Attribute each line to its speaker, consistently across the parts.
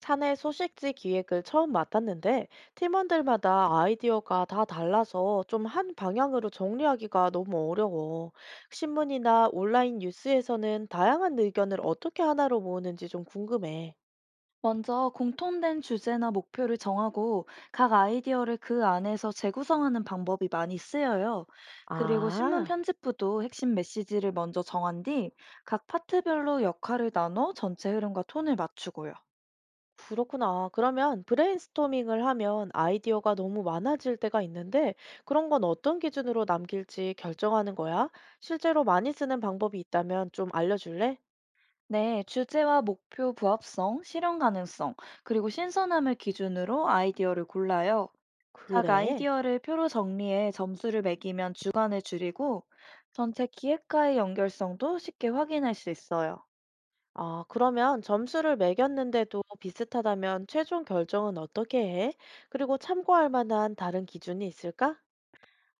Speaker 1: 사내 소식지 기획을 처음 맡았는데 팀원들마다 아이디어가 다 달라서 좀 한 방향으로 정리하기가 너무 어려워. 신문이나 온라인 뉴스에서는 다양한 의견을 어떻게 하나로 모으는지 좀 궁금해.
Speaker 2: 먼저 공통된 주제나 목표를 정하고 각 아이디어를 그 안에서 재구성하는 방법이 많이 쓰여요. 그리고 신문
Speaker 1: 아,
Speaker 2: 편집부도 핵심 메시지를 먼저 정한 뒤 각 파트별로 역할을 나눠 전체 흐름과 톤을 맞추고요.
Speaker 1: 그렇구나. 그러면 브레인스토밍을 하면 아이디어가 너무 많아질 때가 있는데 그런 건 어떤 기준으로 남길지 결정하는 거야? 실제로 많이 쓰는 방법이 있다면 좀 알려줄래?
Speaker 2: 네, 주제와 목표 부합성, 실현 가능성, 그리고 신선함을 기준으로 아이디어를 골라요. 각
Speaker 1: 그래.
Speaker 2: 아이디어를 표로 정리해 점수를 매기면 주관을 줄이고 전체 기획과의 연결성도 쉽게 확인할 수 있어요.
Speaker 1: 아, 그러면 점수를 매겼는데도 비슷하다면 최종 결정은 어떻게 해? 그리고 참고할 만한 다른 기준이 있을까?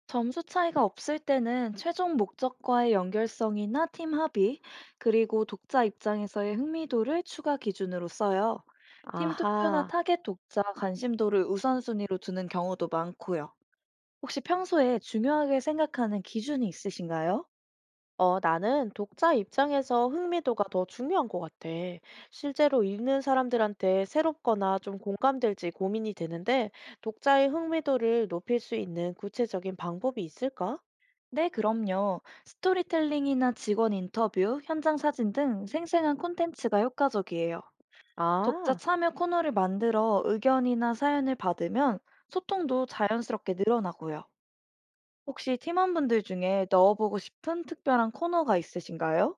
Speaker 2: 점수 차이가 없을 때는 최종 목적과의 연결성이나 팀 합의, 그리고 독자 입장에서의 흥미도를 추가 기준으로 써요. 팀 투표나
Speaker 1: 아하.
Speaker 2: 타겟 독자 관심도를 우선순위로 두는 경우도 많고요. 혹시 평소에 중요하게 생각하는 기준이 있으신가요?
Speaker 1: 어, 나는 독자 입장에서 흥미도가 더 중요한 것 같아. 실제로 읽는 사람들한테 새롭거나 좀 공감될지 고민이 되는데, 독자의 흥미도를 높일 수 있는 구체적인 방법이 있을까?
Speaker 2: 네, 그럼요. 스토리텔링이나 직원 인터뷰, 현장 사진 등 생생한 콘텐츠가 효과적이에요. 독자
Speaker 1: 아.
Speaker 2: 참여 코너를 만들어 의견이나 사연을 받으면 소통도 자연스럽게 늘어나고요. 혹시 팀원분들 중에 넣어보고 싶은 특별한 코너가 있으신가요?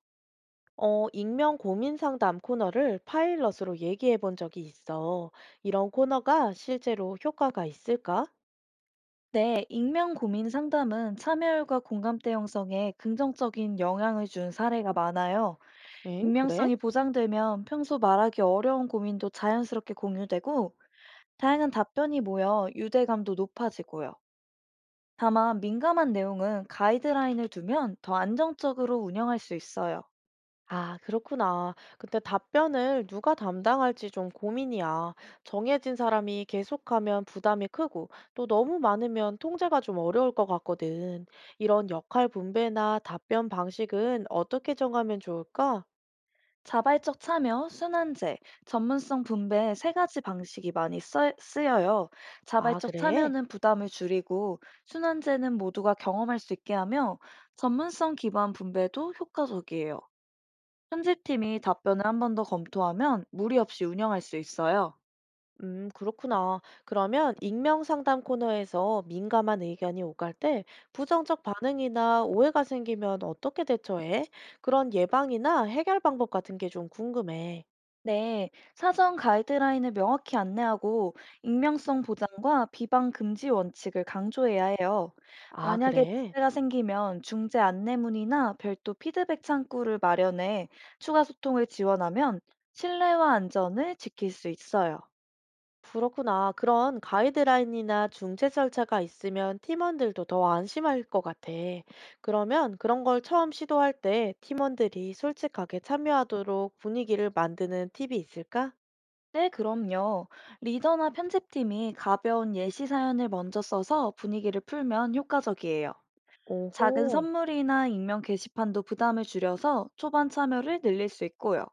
Speaker 1: 어, 익명 고민 상담 코너를 파일럿으로 얘기해 본 적이 있어. 이런 코너가 실제로 효과가 있을까?
Speaker 2: 네, 익명 고민 상담은 참여율과 공감대 형성에 긍정적인 영향을 준 사례가 많아요.
Speaker 1: 응, 그래?
Speaker 2: 익명성이 보장되면 평소 말하기 어려운 고민도 자연스럽게 공유되고, 다양한 답변이 모여 유대감도 높아지고요. 다만 민감한 내용은 가이드라인을 두면 더 안정적으로 운영할 수 있어요.
Speaker 1: 아, 그렇구나. 근데 답변을 누가 담당할지 좀 고민이야. 정해진 사람이 계속하면 부담이 크고 또 너무 많으면 통제가 좀 어려울 것 같거든. 이런 역할 분배나 답변 방식은 어떻게 정하면 좋을까?
Speaker 2: 자발적 참여, 순환제, 전문성 분배 세 가지 방식이 많이 쓰여요.
Speaker 1: 아,
Speaker 2: 자발적
Speaker 1: 그래?
Speaker 2: 참여는 부담을 줄이고, 순환제는 모두가 경험할 수 있게 하며, 전문성 기반 분배도 효과적이에요. 편집팀이 답변을 한 번 더 검토하면 무리 없이 운영할 수 있어요.
Speaker 1: 그렇구나. 그러면 익명 상담 코너에서 민감한 의견이 오갈 때 부정적 반응이나 오해가 생기면 어떻게 대처해? 그런 예방이나 해결 방법 같은 게 좀 궁금해.
Speaker 2: 네, 사전 가이드라인을 명확히 안내하고 익명성 보장과 비방 금지 원칙을 강조해야 해요.
Speaker 1: 아,
Speaker 2: 만약에
Speaker 1: 그래?
Speaker 2: 문제가 생기면 중재 안내문이나 별도 피드백 창구를 마련해 추가 소통을 지원하면 신뢰와 안전을 지킬 수 있어요.
Speaker 1: 그렇구나. 그런 가이드라인이나 중재 절차가 있으면 팀원들도 더 안심할 것 같아. 그러면 그런 걸 처음 시도할 때 팀원들이 솔직하게 참여하도록 분위기를 만드는 팁이 있을까?
Speaker 2: 네, 그럼요. 리더나 편집팀이 가벼운 예시 사연을 먼저 써서 분위기를 풀면 효과적이에요. 작은
Speaker 1: 오호.
Speaker 2: 선물이나 익명 게시판도 부담을 줄여서 초반 참여를 늘릴 수 있고요.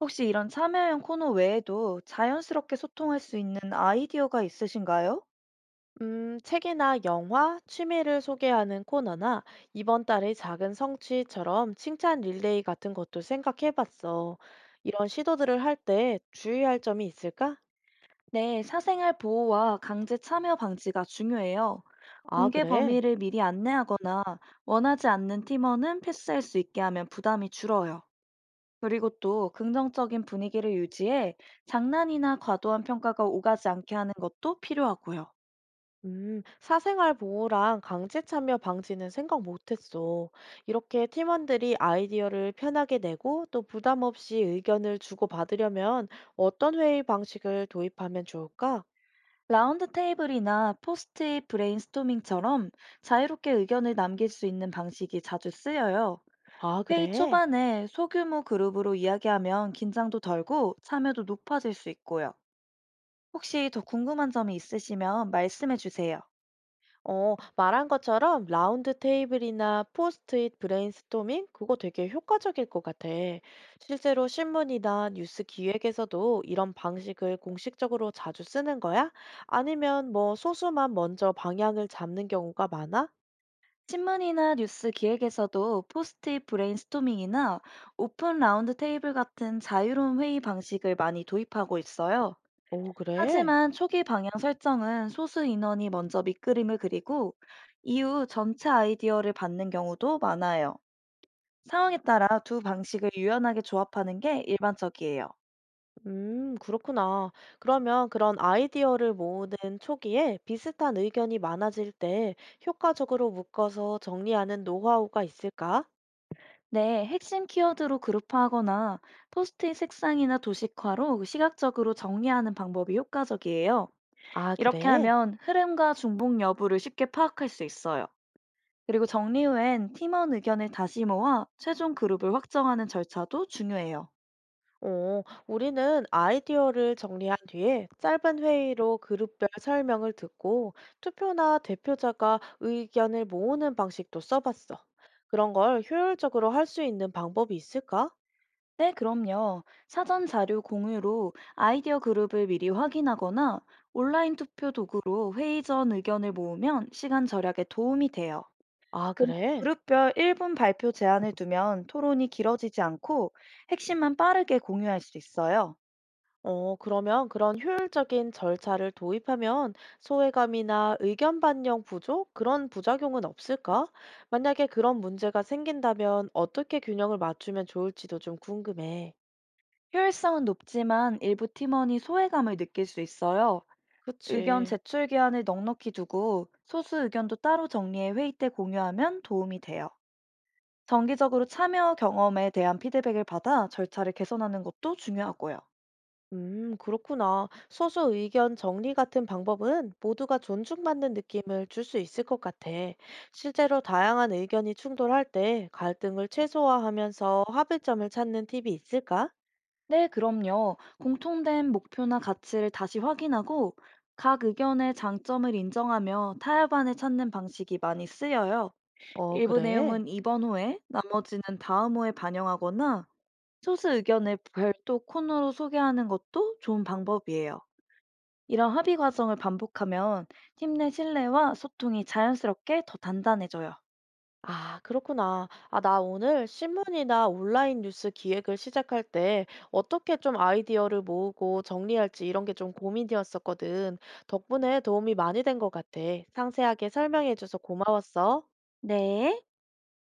Speaker 2: 혹시 이런 참여형 코너 외에도 자연스럽게 소통할 수 있는 아이디어가 있으신가요?
Speaker 1: 책이나 영화, 취미를 소개하는 코너나 이번 달의 작은 성취처럼 칭찬 릴레이 같은 것도 생각해 봤어. 이런 시도들을 할 때 주의할 점이 있을까?
Speaker 2: 네, 사생활 보호와 강제 참여 방지가 중요해요.
Speaker 1: 아,
Speaker 2: 공개
Speaker 1: 그래?
Speaker 2: 범위를 미리 안내하거나 원하지 않는 팀원은 패스할 수 있게 하면 부담이 줄어요. 그리고 또 긍정적인 분위기를 유지해 장난이나 과도한 평가가 오가지 않게 하는 것도 필요하고요.
Speaker 1: 사생활 보호랑 강제 참여 방지는 생각 못 했어. 이렇게 팀원들이 아이디어를 편하게 내고 또 부담 없이 의견을 주고받으려면 어떤 회의 방식을 도입하면 좋을까?
Speaker 2: 라운드 테이블이나 포스트잇 브레인스토밍처럼 자유롭게 의견을 남길 수 있는 방식이 자주 쓰여요.
Speaker 1: 아,
Speaker 2: 회의
Speaker 1: 그래?
Speaker 2: 초반에 소규모 그룹으로 이야기하면 긴장도 덜고 참여도 높아질 수 있고요. 혹시 더 궁금한 점이 있으시면 말씀해 주세요.
Speaker 1: 어, 말한 것처럼 라운드 테이블이나 포스트잇 브레인스토밍 그거 되게 효과적일 것 같아. 실제로 신문이나 뉴스 기획에서도 이런 방식을 공식적으로 자주 쓰는 거야? 아니면 뭐 소수만 먼저 방향을 잡는 경우가 많아?
Speaker 2: 신문이나 뉴스 기획에서도 포스트잇 브레인스토밍이나 오픈 라운드 테이블 같은 자유로운 회의 방식을 많이 도입하고 있어요.
Speaker 1: 오, 그래?
Speaker 2: 하지만 초기 방향 설정은 소수 인원이 먼저 밑그림을 그리고 이후 전체 아이디어를 받는 경우도 많아요. 상황에 따라 두 방식을 유연하게 조합하는 게 일반적이에요.
Speaker 1: 그렇구나. 그러면 그런 아이디어를 모으는 초기에 비슷한 의견이 많아질 때 효과적으로 묶어서 정리하는 노하우가 있을까?
Speaker 2: 네, 핵심 키워드로 그룹화하거나 포스트잇 색상이나 도식화로 시각적으로 정리하는 방법이 효과적이에요.
Speaker 1: 아,
Speaker 2: 이렇게
Speaker 1: 그래?
Speaker 2: 하면 흐름과 중복 여부를 쉽게 파악할 수 있어요. 그리고 정리 후엔 팀원 의견을 다시 모아 최종 그룹을 확정하는 절차도 중요해요.
Speaker 1: 어, 우리는 아이디어를 정리한 뒤에 짧은 회의로 그룹별 설명을 듣고 투표나 대표자가 의견을 모으는 방식도 써봤어. 그런 걸 효율적으로 할 수 있는 방법이 있을까?
Speaker 2: 네, 그럼요. 사전 자료 공유로 아이디어 그룹을 미리 확인하거나 온라인 투표 도구로 회의 전 의견을 모으면 시간 절약에 도움이 돼요.
Speaker 1: 아,
Speaker 2: 그
Speaker 1: 그래?
Speaker 2: 그룹별 1분 발표 제한을 두면 토론이 길어지지 않고 핵심만 빠르게 공유할 수 있어요.
Speaker 1: 어, 그러면 그런 효율적인 절차를 도입하면 소외감이나 의견 반영 부족 그런 부작용은 없을까? 만약에 그런 문제가 생긴다면 어떻게 균형을 맞추면 좋을지도 좀 궁금해.
Speaker 2: 효율성은 높지만 일부 팀원이 소외감을 느낄 수 있어요. 의견
Speaker 1: 그치.
Speaker 2: 제출 기한을 넉넉히 두고 소수 의견도 따로 정리해 회의 때 공유하면 도움이 돼요. 정기적으로 참여 경험에 대한 피드백을 받아 절차를 개선하는 것도 중요하고요.
Speaker 1: 그렇구나. 소수 의견 정리 같은 방법은 모두가 존중받는 느낌을 줄 수 있을 것 같아. 실제로 다양한 의견이 충돌할 때 갈등을 최소화하면서 합의점을 찾는 팁이 있을까?
Speaker 2: 네, 그럼요. 공통된 목표나 가치를 다시 확인하고 각 의견의 장점을 인정하며 타협안을 찾는 방식이 많이 쓰여요.
Speaker 1: 어,
Speaker 2: 일부
Speaker 1: 그래.
Speaker 2: 내용은 이번 호에, 나머지는 다음 호에 반영하거나 소수 의견을 별도 코너로 소개하는 것도 좋은 방법이에요. 이런 합의 과정을 반복하면 팀 내 신뢰와 소통이 자연스럽게 더 단단해져요.
Speaker 1: 아, 그렇구나. 아, 나 오늘 신문이나 온라인 뉴스 기획을 시작할 때 어떻게 좀 아이디어를 모으고 정리할지 이런 게 좀 고민이었었거든. 덕분에 도움이 많이 된 것 같아. 상세하게 설명해줘서 고마웠어.
Speaker 2: 네.